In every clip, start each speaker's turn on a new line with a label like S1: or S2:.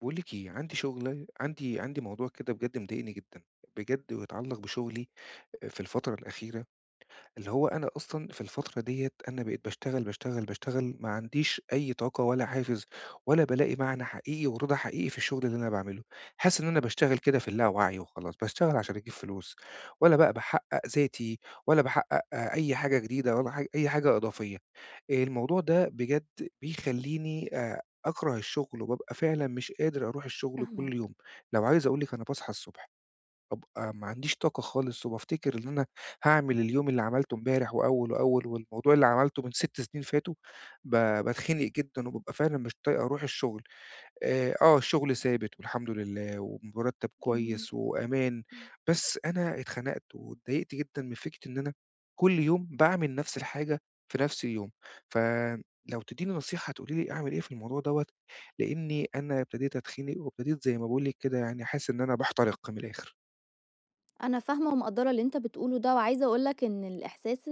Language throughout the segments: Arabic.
S1: باقول لِك إيه، عندي شغلة عندي عندي موضوع كده بجد مضايقني جدًا، بجد ويتعلّق بشغلي في الفترة الأخيرة اللي هو أنا أصلًا في الفترة ديّة أنا بقيت باشتغل، باشتغل، باشتغل، ما عنديش أي طاقة ولا حافز ولا بالاقي معنى حقيقي ورضا حقيقي في الشغل اللي أنا باعمله. حاسس إن أنا باشتغل كده في اللاوعي وخلاص، باشتغل عشان أجيب فلوس، ولا بقى باحقق ذاتي ولا باحقق أي حاجة جديدة ولا أي حاجة إضافية. الموضوع ده بجد بيخلّيني أكره الشغل وبابقى فعلًا مش قادر أروح الشغل كل
S2: فاهماك،
S1: يوم. لو عايز أقول لِك أنا باصحى الصبح بابقى ما عنديش طاقة خالص، وبافتكر إن أنا هاعمل اليوم اللي عملته امبارح وأول وأول، والموضوع اللي عملته من 6 سنين فاتوا، ب باتخنق جدًا، وبابقى فعلًا مش طايق أروح الشغل. آه الشغل ثابت والحمد لله، ومرتب
S2: جميل،
S1: كويس وأمان،
S2: إمم،
S1: بس أنا اتخنقت واتضايقت جدًا من فكرة إن أنا كل يوم باعمل نفس الحاجة في نفس اليوم. فلو تدّيني نصيحة تقولي لي أعمل إيه في الموضوع دوّة، لإني أنا ابتديت أتخنق وابتديت زي ما باقول لِك كده يعني حاسس إن أنا باحترق من الآخر.
S2: أنا فاهمة ومقدّرة اللي أنت بتقوله ده، وعايزة أقول لك إن الإحساس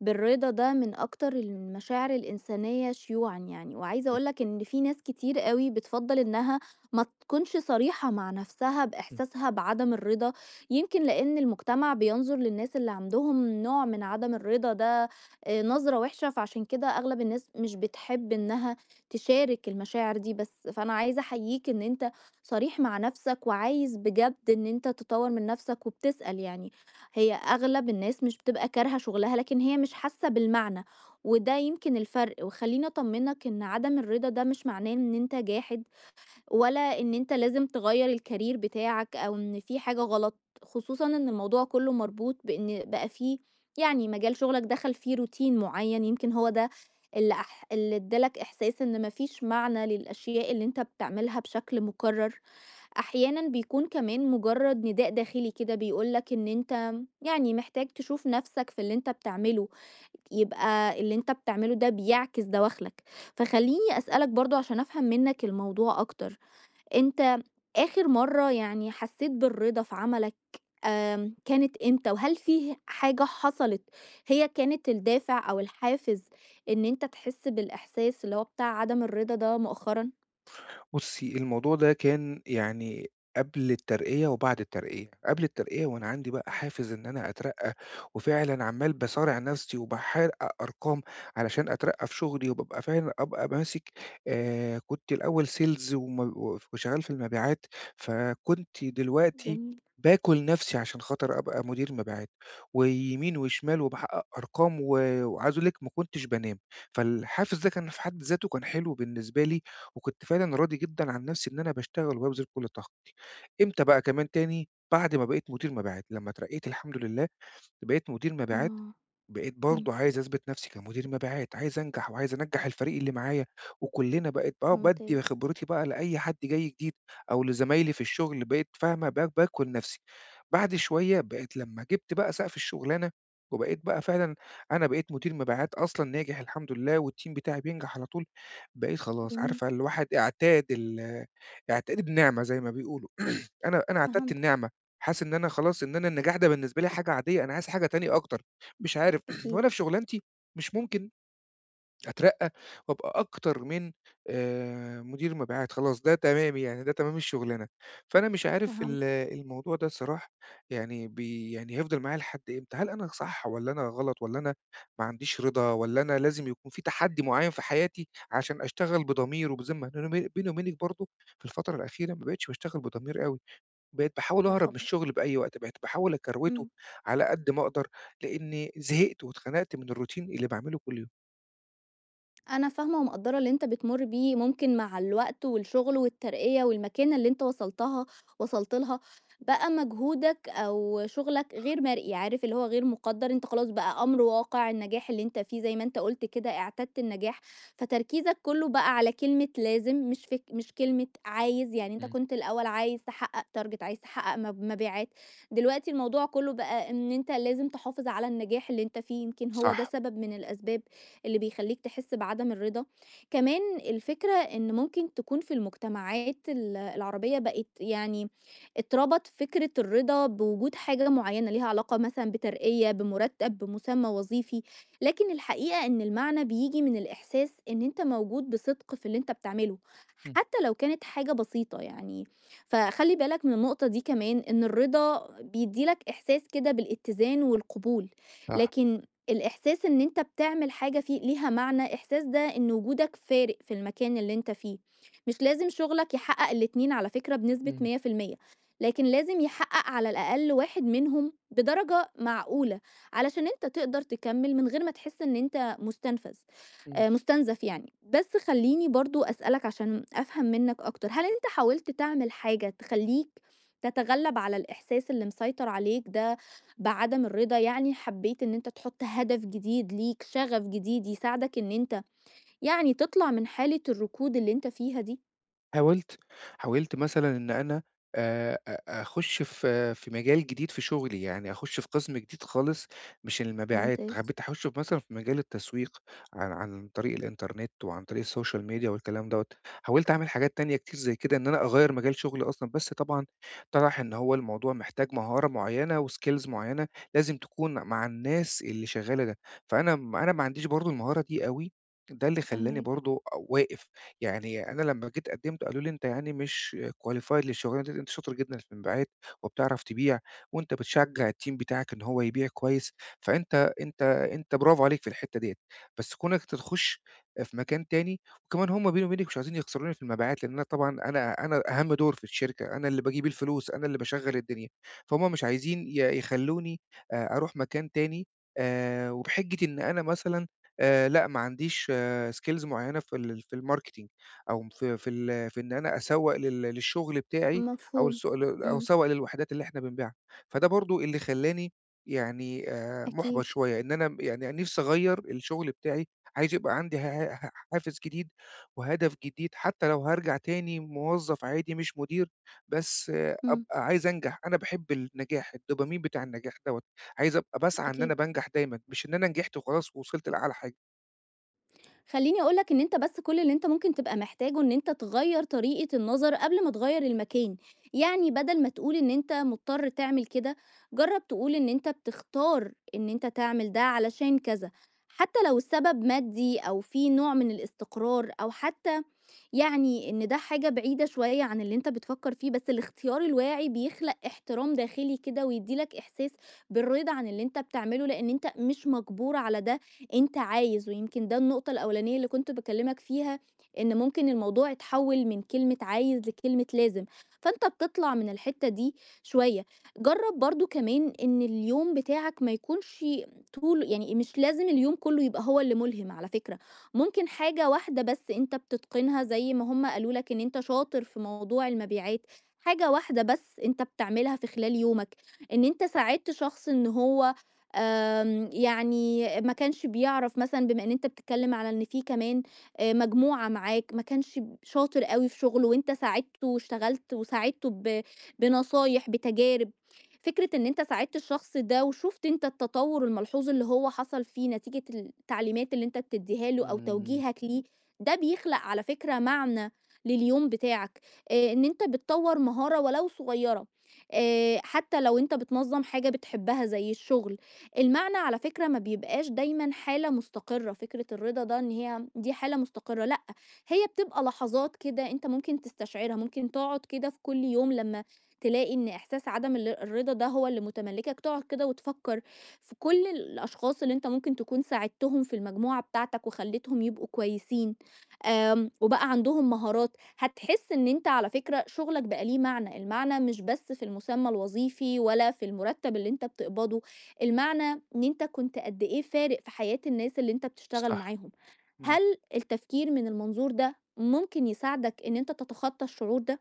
S2: بالرضا ده من أكتر المشاعر الإنسانية شيوعًا يعني، وعايزة أقول لك إن في ناس كتير أوي بتفضّل إنها ما تكونش صريحة مع نفسها
S1: إمم.
S2: بإحساسها بعدم الرضا، يمكن لإن المجتمع بينظر للناس اللي عندهم نوع من عدم الرضا ده نظرة وحشة، فعشان كده أغلب الناس مش بتحب إنها تشارك المشاعر دي، بس فأنا عايزة أحييك إن أنت صريح مع نفسك، وعايز بجد إن أنت تطوّر من نفسك وبتسأل يعني. هي أغلب الناس مش بتبقى كارهة شغلها، لكن هي مش حاسة بالمعنى، وده يمكن الفرق. وخلّيني أطمنك إن عدم الرضا ده مش معناه إن أنت جاحد، ولا إن أنت لازم تغيّر الcareer بتاعك، أو إن في حاجة غلط، خصوصًا إن الموضوع كله مربوط بإن بقى في يعني مجال شغلك دخل فيه روتين معيّن، يمكن هو ده اللي ادّى لك إحساس إن ما فيش معنى للأشياء اللي أنت بتعملها بشكل مُكرّر. أحيانًا بيكون كمان مجرد نداء داخلي كده بيقول لك إن أنت يعني محتاج تشوف نفسك في اللي أنت بتعمله، يبقى اللي أنت بتعمله ده بيعكس دواخلك، فخلّيني أسألك برضه عشان أفهم منك الموضوع أكتر، أنت آخر مرّة يعني حسيت بالرضا في عملك كانت إمتى؟ وهل فيه حاجة حصلت هي كانت الدافع أو الحافز إن أنت تحس بالإحساس اللي هو بتاع عدم الرضا ده مؤخرًا؟
S1: بُصّي، الموضوع ده كان يعني قبل الترقية وبعد الترقية. قبل الترقية وأنا عندي بقى حافز إن أنا أترقّى وفعلًا عمّال باصارع نَفْسي وباحقق أرقام علشان أترقّى في شغلي وبابقى فعلًا أبقى ماسك كنت الأول sales وم وف وشغّال في المبيعات، فكنت دلوقتي
S2: جميل،
S1: باكُل نَفْسي عشان خاطر أبقى مدير مبيعات ويمين وشمال وباحقق أرقام و وعايز أقول لِك ما كنتش بانام. فالحافز ده كان في حد ذاته كان حلو بالنسبة لي وكنت فعلًا راضي جدًا عن نفسي إن أنا باشتغل وبابذل كل طاقتي. إمتى بقى كمان تاني، بعد ما بقيت مدير مبيعات، لمّا اترقيت الحمد لله بقيت مدير مبيعات،
S2: آه،
S1: بقيت
S2: إمم،
S1: برضه عايز أثبت نفسي كمدير مبيعات، عايز أنجح وعايز أنجّح الفريق اللي معايا، وكُلّنا بقت
S2: ممتاز،
S1: بادّي خبرتي بقى لأي حد جاي جديد أو لزمايلي في الشغل، بقيت فاهمة باكُل نفسي. بعد شوية بقيت لمّا جِبت بقى سقف الشغلانة، وبقيت بقى فعلًا أنا بقيت مدير مبيعات أصلًا ناجح الحمد لله والteam بتاعي بينجح على طول، بقيت خلاص
S2: جميل.
S1: عارفة الواحد اعتاد النعمة زي ما بيقولوا. أنا اعتدت
S2: فهمتك،
S1: النعمة، حاسس إن أنا خلاص إن أنا النجاح ده بالنسبة لي حاجة عادية، أنا عايز حاجة تانية أكتر، مش عارف
S2: أكيد،
S1: وأنا في شغلانتي مش ممكن أترقّى وأبقى أكتر من مدير مبيعات، خلاص ده تمامي يعني، ده تمام الشغلانة، فأنا مش عارف
S2: فهمتك،
S1: الموضوع ده الصراحة يعني بي يعني هيفضل معايا لحد إمتى؟ هل أنا صح والّا أنا غلط والّا أنا ما عنديش رضا والّا أنا لازم يكون في تحدي معيّن في حياتي عشان أشتغل بضمير وبذمة؟ لأن بيني وبينِك برضه في الفترة الأخيرة ما بقيتش باشتغل بضمير أوي. بقيت باحاول
S2: يا
S1: أهرب من
S2: خبر!
S1: الشغل بأي وقت، بقيت باحاول أكروِته
S2: إمم.
S1: على قد ما أقدر، لإني زهقت واتخنقت من الروتين اللي باعمله كل يوم.
S2: أنا فاهمة ومقدّرة اللي أنت بتمُر بيه، ممكن مع الوقت والشغل والترقية والمكانة اللي أنت وصلتها وصلت لها، بقى مجهودك أو شغلك غير مرئي، عارف اللي هو غير مُقدّر، أنت خلاص بقى أمر واقع النجاح اللي أنت فيه زي ما أنت قُلت كده اعتدت النجاح، فتركيزك كُلّه بقى على كلمة لازم مش كلمة عايز، يعني أنت
S1: إمم.
S2: كنت الأول عايز تحقق target عايز تحقق مبيعات، دلوقتي الموضوع كُلّه بقى إن أنت لازم تحافظ على النجاح اللي أنت فيه، يمكن هو ده
S1: صح.
S2: سبب من الأسباب اللي بيخلّيك تحس بعدم الرضا. كمان الفكرة إن ممكن تكون في المجتمعات العربية بقت يعني اتربط فكرة الرضا بوجود حاجة معيّنة ليها علاقة مثلًا بترقية، بمُرتّب، بمسمى وظيفي، لكن الحقيقة إن المعنى بييجي من الإحساس إن أنت موجود بصدق في اللي أنت بتعمله،
S1: إمم،
S2: حتى لو كانت حاجة بسيطة يعني. فخلّي بالك من النقطة دي كمان، إن الرضا بيدّي لك إحساس كده بالاتزان والقبول،
S1: صح،
S2: لكن الإحساس إن أنت بتعمل حاجة في ليها معنى، إحساس ده إن وجودك فارق في المكان اللي أنت فيه، مش لازم شغلك يحقق الاتنين على فكرة بنسبة
S1: إمم،
S2: 100%، لكن لازم يحقق على الأقل واحد منهم بدرجة معقولة، علشان أنت تقدر تكمل من غير ما تحس إن أنت مستنفذ
S1: إمم.
S2: مستنزف يعني. بس خلّيني برضه أسألك عشان أفهم منك أكتر، هل أنت حاولت تعمل حاجة تخلّيك تتغلب على الإحساس اللي مسيطر عليك ده بعدم الرضا يعني حبيت إن أنت تحط هدف جديد ليك، شغف جديد يساعدك إن أنت يعني تطلع من حالة الركود اللي أنت فيها دي.
S1: حاولت، حاولت، مثلًا إن أنا أ أخُش في مجال جديد في شغلي، يعني أخُش في قسم جديد خالص مش المبيعات،
S2: ممتاز،
S1: حبيت أخُش في مثلًا في مجال التسويق عن طريق الإنترنت وعن طريق السوشيال ميديا والكلام دوّة، حاولت أعمل حاجات تانية كتير زي كده إن أنا أغيّر مجال شغلي أصلًا، بس طبعًا طَلَع إن هو الموضوع محتاج مهارة معيّنة وskills معيّنة لازم تكون مع الناس اللي شغّالة ده، فأنا م أنا ما عنديش برضه المهارة دي أوي، ده اللي خلّاني
S2: فاهماك،
S1: برضه واقف. يعني أنا لمّا جيت قدّمت قالوا لي: "أنت يعني مش qualified للشغلانة دي، أنت شاطر جدًا في المبيعات وبتعرف تبيع وأنت بتشجّع الteam بتاعك إن هو يبيع كويس، فأنت أنت أنت برافو عليك في الحتّة ديّة، بس كونك أنت تخُش في مكان تاني" وكمان هم بيني وبينِك مش عايزين يخسروني في المبيعات، لإن أنا طبعًا أنا أهَم دور في الشركة، أنا اللي باجيب الفلوس، أنا اللي باشغّل الدنيا، فهم مش عايزين يخلّوني أروح مكان تاني وبحِجّة إن أنا مثلًا لأ ما عنديش skills معيّنة في ال في الmarketing. أو في في ال في إن أنا أسوّق لل للشغل بتاعي أو
S2: مفهوم،
S1: الس ل أو
S2: إمم،
S1: أسوّق للوحدات اللي إحنا بنبيعها. فده برضه اللي خلّاني يعني مُحبَط
S2: أكيد،
S1: شوية، إن أنا يعني نِفْسي أغيّر الشغل بتاعي، عايز يبقى عندي ه ه حافز جديد وهدف جديد، حتّى لو هارجع تاني موظّف عادي مش مدير، بس آه،
S2: إمم،
S1: أبقى عايز أنجح، أنا باحب النجاح، الدوبامين بتاع النجاح دوّة، عايز أبقى باسعى إن أنا
S2: أكيد.
S1: بانجح دايمًا، مش إن أنا نجحت وخلاص ووصلت لأعلى حاجة.
S2: خلّيني أقول لك إن أنت بس كل اللي أنت ممكن تبقى محتاجه إن أنت تغيّر طريقة النظر قبل ما تغيّر المكان، يعني بدل ما تقول إن أنت مضطر تعمل كده، جرّب تقول إن أنت بتختار إن أنت تعمل ده علشان كذا، حتى لو السبب مادي أو في نوع من الاستقرار أو حتى يعني إن ده حاجة بعيدة شوية عن اللي أنت بتفكر فيه، بس الاختيار الواعي بيخلق احترام داخلي كده ويديلك إحساس بالرضا عن اللي أنت بتعمله لأن أنت مش مجبور على ده، أنت عايز، ويمكن ده النقطة الأولانية اللي كنت بكلمك فيها إن ممكن الموضوع يتحول من كلمة عايز لكلمة لازم، فأنت بتطلع من الحتة دي شوية. جرب برضو كمان ان اليوم بتاعك ما يكونش طول، يعني مش لازم اليوم كله يبقى هو اللي ملهم على فكرة، ممكن حاجة واحدة بس أنت بتتقنها زي ما هم قالوا لك إن أنت شاطر في موضوع المبيعات، حاجة واحدة بس أنت بتعملها في خلال يومك إن أنت ساعدت شخص إن هو يعني ما كانش بيعرف مثلا، بما ان انت بتتكلم على ان في كمان مجموعة معاك، ما كانش شاطر قوي في شغله وانت ساعدته واشتغلت وساعدته بنصايح بتجارب، فكرة إن أنت ساعدت الشخص ده وشُفت أنت التطوُّر الملحوظ اللي هو حصل فيه نتيجة التعليمات اللي أنت بتدّيها له أو
S1: إمم،
S2: توجيهك ليه، ده بيخلق على فكرة معنى لليوم بتاعك، إن أنت بتطوّر مهارة ولو صغيّرة، حتى لو أنت بتنظّم حاجة بتحبها زي الشغل، المعنى على فكرة ما بيبقاش دايمًا حالة مستقرة، فكرة الرضا ده إن هي دي حالة مستقرة، لأ، هي بتبقى لحظات كده أنت ممكن تستشعرها، ممكن تقعد كده في كل يوم لمّا تلاقي إن إحساس عدم الرضا ده هو اللي متملّكك، تقعد كده وتفكّر في كل الأشخاص اللي أنت ممكن تكون ساعدتهم في المجموعة بتاعتك وخلّيتهم يبقوا كويسين، آمم، وبقى عندهم مهارات، هتحس إن أنت على فكرة شغلك بقى ليه معنى، المعنى مش بس في المسمى الوظيفي ولا في المرتب اللي أنت بتقبضه، المعنى إن أنت كنت قد إيه فارق في حياة الناس اللي أنت بتشتغل
S1: صح،
S2: معاهم.
S1: إمم.
S2: هل التفكير من المنظور ده ممكن يساعدك إن أنت تتخطى الشعور ده؟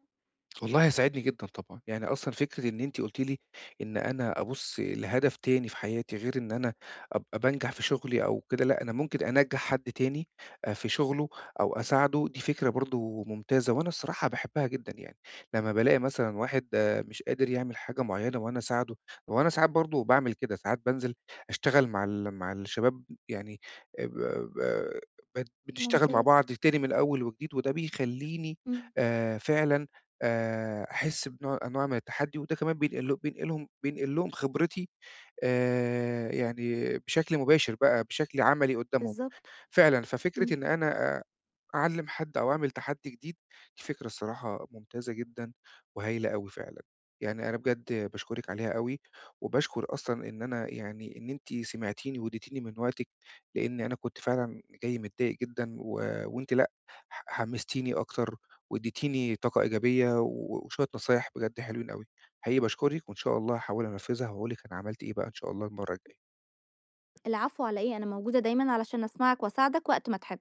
S1: والله هيساعدني جدًا طبعًا، يعني أصلًا فكرة إن أنتِ قُلتِ لي إن أنا أبُص لهدف تاني في حياتي غير إن أنا أبقى بانجح في شغلي أو كده، لأ أنا ممكن أنجّح حد تاني في شغله أو أساعده، دي فكرة برضه ممتازة وأنا الصراحة باحبها جدًا يعني، لمّا بالاقي مثلًا واحد آه، مش قادر يعمل حاجة معيّنة وأنا أساعده، وأنا ساعات برضه باعمل كده، ساعات بانزل أشتغل مع الشباب يعني ب ب بنشتغل مع
S2: ممتاز،
S1: بعض تاني من أول وجديد، وده بيخلّيني
S2: إمم.
S1: فعلًا أحس بنوع من التحدّي، وده كمان بينقل لهم خبرتي يعني بشكل مباشر بقى، بشكل عملي قدّامهم
S2: بالضبط،
S1: فعلًا. ففكرة
S2: إمم.
S1: إن أنا أعلّم حد أو أعمل تحدّي جديد، دي فكرة الصراحة ممتازة جدًا وهايلة أوي فعلًا. يعني أنا بجد باشكرِك عليها أوي، وباشكر أصلًا إن أنا يعني إن أنتِ سمعتيني واديتيني من وقتِك، لإن أنا كنت فعلًا جاي متضايق جدًا و وأنتِ لأ، حمّستيني أكتر واديتيني طاقة إيجابية و وشوية نصايح بجد حلوين أوي. حقيقي باشكرِك وإن شاء الله هاحاول أنفّذها وهاقول لِك أنا عملت إيه بقى إن شاء الله المرّة الجاية.
S2: العفو على إيه، أنا موجودة دايمًا علشان أسمعك وأساعدك وقت ما تحب.